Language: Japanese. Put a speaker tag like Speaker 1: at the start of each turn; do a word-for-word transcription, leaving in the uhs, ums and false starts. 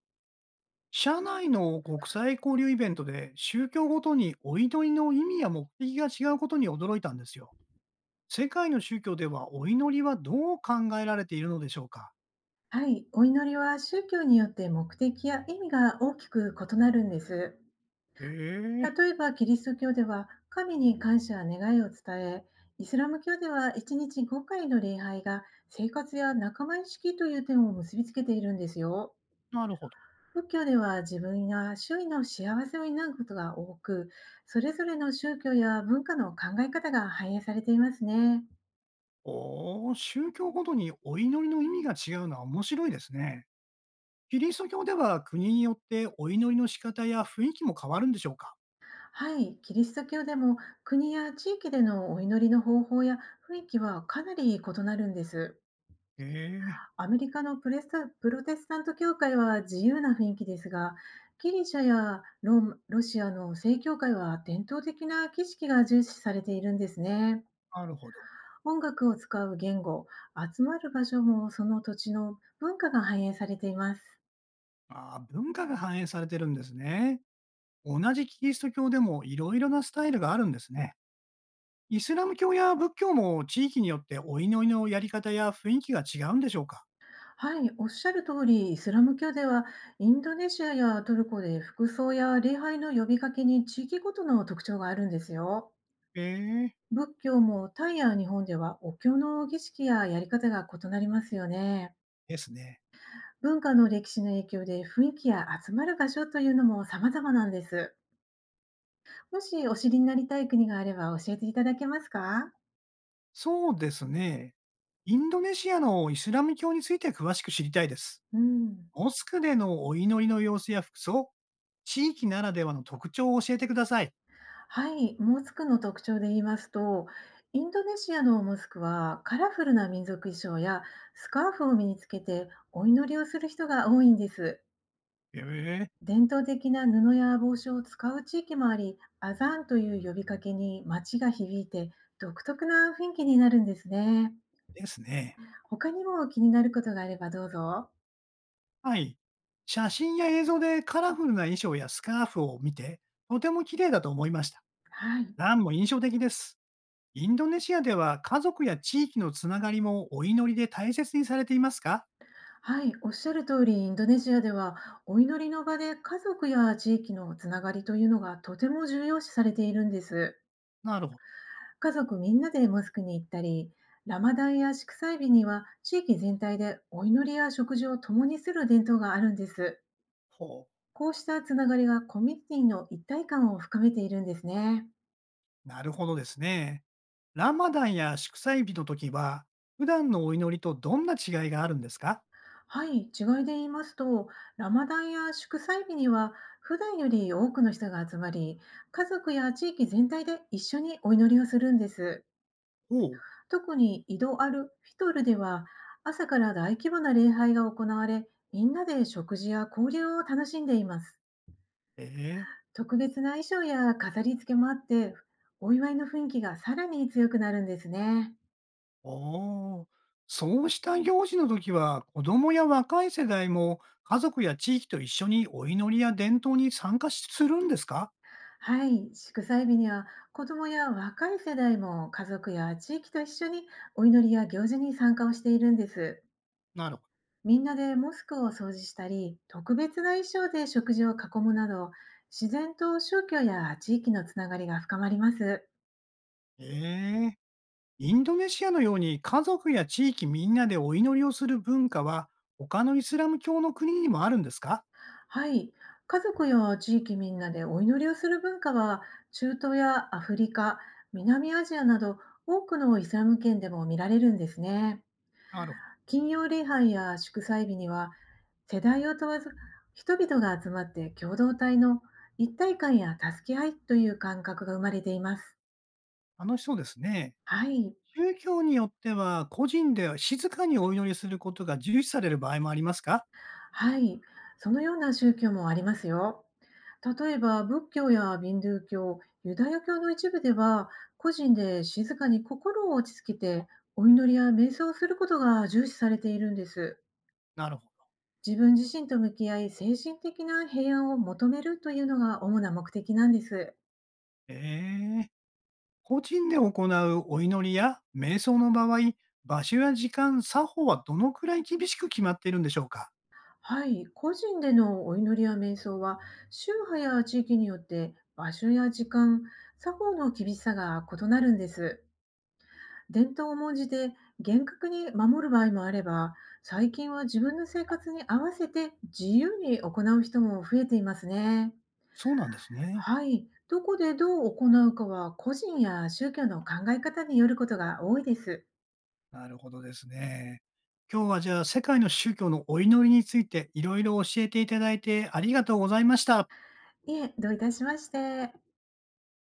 Speaker 1: 社内の国際交流イベントで宗教ごとにお祈りの意味や目的が違うことに驚いたんですよ。世界の宗教ではお祈りはどう考えられているのでしょうか？
Speaker 2: はい、お祈りは宗教によって目的や意味が大きく異なるんです。
Speaker 1: へえ。
Speaker 2: 例えばキリスト教では神に感謝や願いを伝え、イスラム教ではいちにちごかいの礼拝が生活や仲間意識という点を結びつけているんですよ。
Speaker 1: なるほど。
Speaker 2: 仏教では自分や周囲の幸せを担うことが多く、それぞれの宗教や文化の考え方が反映されていますね。
Speaker 1: おー、宗教ごとにお祈りの意味が違うのは面白いですね。キリスト教では国によってお祈りの仕方や雰囲気も変わるんでしょうか？
Speaker 2: はい、キリスト教でも国や地域でのお祈りの方法や雰囲気はかなり異なるんです。
Speaker 1: へえ。
Speaker 2: アメリカのプレスタプロテスタント教会は自由な雰囲気ですが、ギリシャやローマロシアの正教会は伝統的な儀式が重視されているんですね。
Speaker 1: なるほど。
Speaker 2: 音楽を使う言語、集まる場所もその土地の文化が反映されています。
Speaker 1: あー、文化が反映されてるんですね。同じキリスト教でもいろいろなスタイルがあるんですね。イスラム教や仏教も地域によってお祈りのやり方や雰囲気が違うんでしょうか？
Speaker 2: はい、おっしゃる通り、イスラム教ではインドネシアやトルコで服装や礼拝の呼びかけに地域ごとの特徴があるんですよ。
Speaker 1: ええ。
Speaker 2: 仏教もタイや日本ではお経の儀式ややり方が異なりますよね。
Speaker 1: ですね。
Speaker 2: 文化の歴史の影響で雰囲気や集まる場所というのも様々なんです。もしお知りになりたい国があれば教えていただけますか？
Speaker 1: そうですね。インドネシアのイスラム教について詳しく知りたいです。
Speaker 2: うん。
Speaker 1: モスクでのお祈りの様子や服装、地域ならではの特徴を教えてください。
Speaker 2: はい、モスクの特徴で言いますと、インドネシアのモスクはカラフルな民族衣装やスカーフを身につけてお祈りをする人が多いんです。
Speaker 1: ええ。
Speaker 2: 伝統的な布や帽子を使う地域もあり、アザーンという呼びかけに街が響いて独特な雰囲気になるんですね。
Speaker 1: ですね。
Speaker 2: 他にも気になることがあればどうぞ。
Speaker 1: はい。写真や映像でカラフルな衣装やスカーフを見て、とても綺麗だと思いました。
Speaker 2: はい、
Speaker 1: ランも印象的です。インドネシアでは家族や地域のつながりもお祈りで大切にされていますか？
Speaker 2: はい、おっしゃる通り、インドネシアではお祈りの場で家族や地域のつながりというのがとても重要視されているんです。
Speaker 1: なるほど。
Speaker 2: 家族みんなでモスクに行ったり、ラマダンや祝祭日には地域全体でお祈りや食事を共にする伝統があるんです。
Speaker 1: ほう。
Speaker 2: こうしたつながりがコミュニティの一体感を深めているんですね。
Speaker 1: なるほどですね。ラマダンや祝祭日の時は、普段のお祈りとどんな違いがあるんですか？
Speaker 2: はい、違いで言いますと、ラマダンや祝祭日には普段より多くの人が集まり、家族や地域全体で一緒にお祈りをするんです。
Speaker 1: ほう。
Speaker 2: 特に井戸あるフィトルでは朝から大規模な礼拝が行われ、みんなで食事や交流を楽しんでいます。
Speaker 1: ええ。
Speaker 2: 特別な衣装や飾り付けもあって、お祝いの雰囲気がさらに強くなるんですね。
Speaker 1: おー、そうした行事の時は、子供や若い世代も家族や地域と一緒にお祈りや伝統に参加するんですか？
Speaker 2: はい、祝祭日には子どもや若い世代も家族や地域と一緒にお祈りや行事に参加をしているんです。
Speaker 1: なるほど。
Speaker 2: みんなでモスクを掃除したり、特別な衣装で食事を囲むなど、自然と宗教や地域のつながりが深まります。
Speaker 1: ええ。インドネシアのように家族や地域みんなでお祈りをする文化は他のイスラム教の国にもあるんですか？
Speaker 2: はい、家族や地域みんなでお祈りをする文化は、中東やアフリカ、南アジアなど多くのイスラム圏でも見られるんですね。
Speaker 1: なるほど。
Speaker 2: 金曜礼拝や祝祭日には、世代を問わず人々が集まって共同体の一体感や助け合いという感覚が生まれています。
Speaker 1: 楽しそうですね。
Speaker 2: はい。
Speaker 1: 宗教によっては個人で静かにお祈りすることが重視される場合もありますか？
Speaker 2: はい、そのような宗教もありますよ。例えば仏教やビンドゥー教、ユダヤ教の一部では、個人で静かに心を落ち着けて、お祈りや瞑想をすることが重視されているんです。
Speaker 1: なるほど。
Speaker 2: 自分自身と向き合い、精神的な平安を求めるというのが主な目的なんです。
Speaker 1: ええ。個人で行うお祈りや瞑想の場合、場所や時間、作法はどのくらい厳しく決まっているんでしょうか？
Speaker 2: はい、個人でのお祈りや瞑想は、宗派や地域によって場所や時間、作法の厳しさが異なるんです。伝統を重んじて厳格に守る場合もあれば、最近は自分の生活に合わせて自由に行う人も増えていますね。
Speaker 1: そうなんですね。
Speaker 2: はい、どこでどう行うかは個人や宗教の考え方によることが多いです。
Speaker 1: なるほどですね。今日はじゃあ世界の宗教のお祈りについていろいろ教えていただいてありがとうございました。
Speaker 2: いえ、どういたしまして。